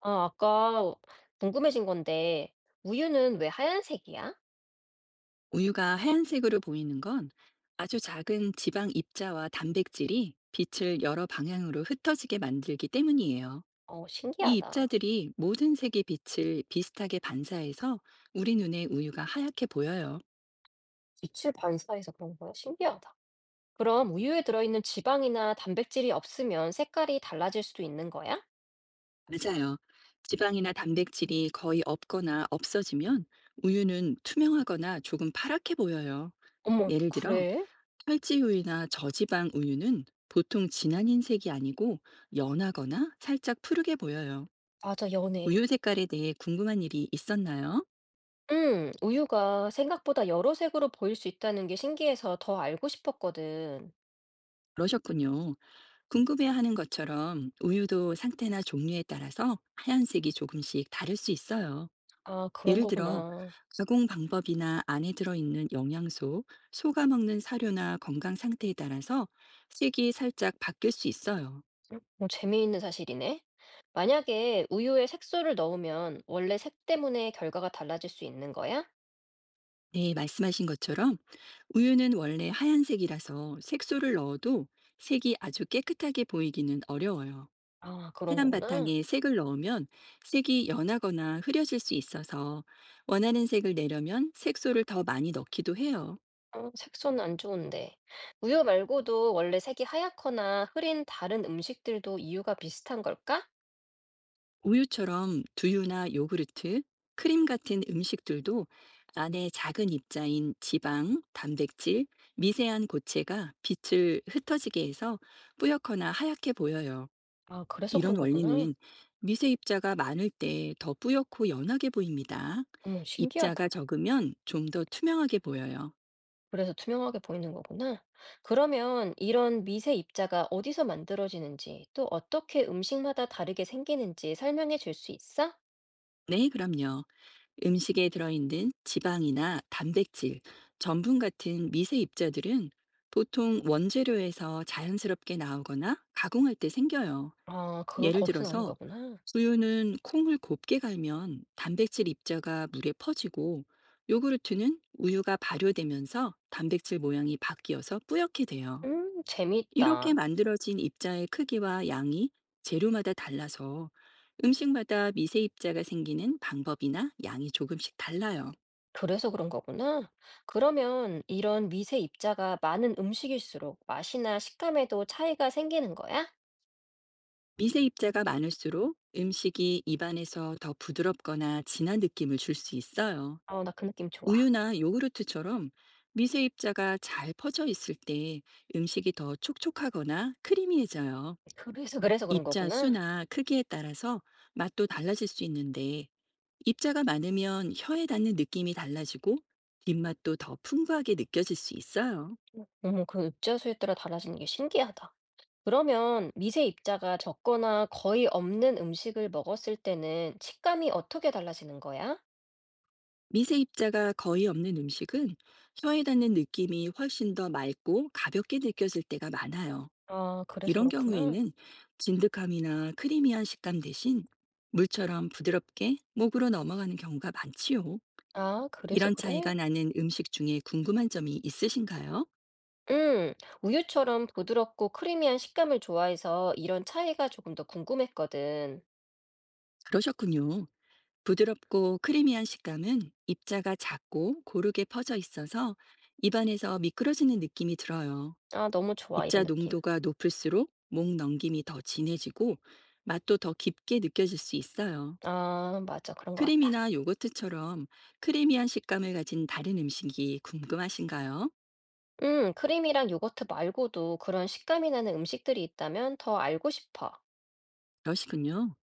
아, 아까 궁금해진 건데, 우유는 왜 하얀색이야? 우유가 하얀색으로 보이는 건 아주 작은 지방 입자와 단백질이 빛을 여러 방향으로 흩어지게 만들기 때문이에요. 어, 이 신기하다. 입자들이 모든 색의 빛을 비슷하게 반사해서 우리 눈에 우유가 하얗게 보여요. 빛을 반사해서 그런 거야? 신기하다. 그럼 우유에 들어있는 지방이나 단백질이 없으면 색깔이 달라질 수도 있는 거야? 맞아요. 지방이나 단백질이 거의 없거나 없어지면 우유는 투명하거나 조금 파랗게 보여요. 어머, 예를 들어, 그래? 철지우유나 저지방 우유는 보통 진한 흰색이 아니고 연하거나 살짝 푸르게 보여요. 맞아, 연해. 우유 색깔에 대해 궁금한 일이 있었나요? 응, 우유가 생각보다 여러 색으로 보일 수 있다는 게 신기해서 더 알고 싶었거든. 그러셨군요. 궁금해하는 것처럼 우유도 상태나 종류에 따라서 하얀색이 조금씩 다를 수 있어요. 아, 그런 예를 들어, 거구나. 가공 방법이나 안에 들어있는 영양소, 소가 먹는 사료나 건강 상태에 따라서 색이 살짝 바뀔 수 있어요. 뭐 재미있는 사실이네. 만약에 우유에 색소를 넣으면 원래 색 때문에 결과가 달라질 수 있는 거야? 네, 말씀하신 것처럼 우유는 원래 하얀색이라서 색소를 넣어도 색이 아주 깨끗하게 보이기는 어려워요. 아 그런 하얀 거구나. 바탕에 색을 넣으면 색이 연하거나 흐려질 수 있어서 원하는 색을 내려면 색소를 더 많이 넣기도 해요. 어 색소는 안 좋은데. 우유 말고도 원래 색이 하얗거나 흐린 다른 음식들도 이유가 비슷한 걸까? 우유처럼 두유나 요구르트, 크림 같은 음식들도 안에 작은 입자인 지방, 단백질, 미세한 고체가 빛을 흩어지게 해서 뿌옇거나 하얗게 보여요. 아 그래서 그런 이런 거구나. 원리는 미세 입자가 많을 때 더 뿌옇고 연하게 보입니다. 어머 입자가 신기하다. 적으면 좀 더 투명하게 보여요. 그래서 투명하게 보이는 거구나. 그러면 이런 미세 입자가 어디서 만들어지는지 또 어떻게 음식마다 다르게 생기는지 설명해 줄 수 있어? 네, 그럼요. 음식에 들어있는 지방이나 단백질, 전분 같은 미세 입자들은 보통 원재료에서 자연스럽게 나오거나 가공할 때 생겨요. 아 그러 예를 거기서 나오는 들어서 거구나. 두유는 콩을 곱게 갈면 단백질 입자가 물에 퍼지고 요구르트는 우유가 발효되면서 단백질 모양이 바뀌어서 뿌옇게 돼요. 이렇게 재미있다. 만들어진 입자의 크기와 양이 재료마다 달라서 음식마다 미세 입자가 생기는 방법이나 양이 조금씩 달라요. 그래서 그런 거구나. 그러면 이런 미세 입자가 많은 음식일수록 맛이나 식감에도 차이가 생기는 거야? 미세 입자가 많을수록 음식이 입안에서 더 부드럽거나 진한 느낌을 줄 수 있어요. 어, 나 그 느낌 좋아. 우유나 요구르트처럼 미세 입자가 잘 퍼져 있을 때 음식이 더 촉촉하거나 크리미해져요. 그래서 그런 입자 거구나. 수나 크기에 따라서 맛도 달라질 수 있는데 입자가 많으면 혀에 닿는 느낌이 달라지고 뒷맛도 더 풍부하게 느껴질 수 있어요. 어머, 그 입자 수에 따라 달라지는 게 신기하다. 그러면 미세 입자가 적거나 거의 없는 음식을 먹었을 때는 식감이 어떻게 달라지는 거야? 미세 입자가 거의 없는 음식은 혀에 닿는 느낌이 훨씬 더 맑고 가볍게 느껴질 때가 많아요. 아, 그래서 이런 그렇구나. 경우에는 진득함이나 크리미한 식감 대신 물처럼 부드럽게 목으로 넘어가는 경우가 많지요. 아, 그래서 이런 그래? 차이가 나는 음식 중에 궁금한 점이 있으신가요? 음, 우유처럼 부드럽고 크리미한 식감을 좋아해서 이런 차이가 조금 더 궁금했거든. 그러셨군요. 부드럽고 크리미한 식감은 입자가 작고 고르게 퍼져 있어서 입안에서 미끄러지는 느낌이 들어요. 아 너무 좋아 이런 입자 느낌. 농도가 높을수록 목 넘김이 더 진해지고 맛도 더 깊게 느껴질 수 있어요. 아 맞아. 그런 것 같아. 크림이나 요거트처럼 크리미한 식감을 가진 다른 음식이 궁금하신가요? 크림이랑 요거트 말고도 그런 식감이 나는 음식들이 있다면 더 알고 싶어. 그러시군요.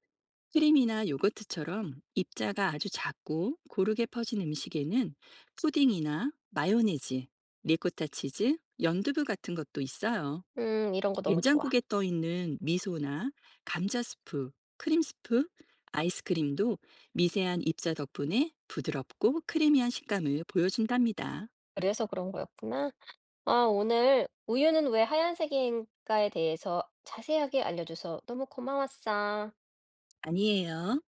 크림이나 요거트처럼 입자가 아주 작고 고르게 퍼진 음식에는 푸딩이나 마요네즈, 리코타 치즈, 연두부 같은 것도 있어요. 이런 거 너무 좋아. 된장국에 떠 있는 미소나 감자 스프, 크림 스프, 아이스크림도 미세한 입자 덕분에 부드럽고 크리미한 식감을 보여준답니다. 그래서 그런 거였구나. 아 오늘 우유는 왜 하얀색인가에 대해서 자세하게 알려줘서 너무 고마웠어. 아니에요.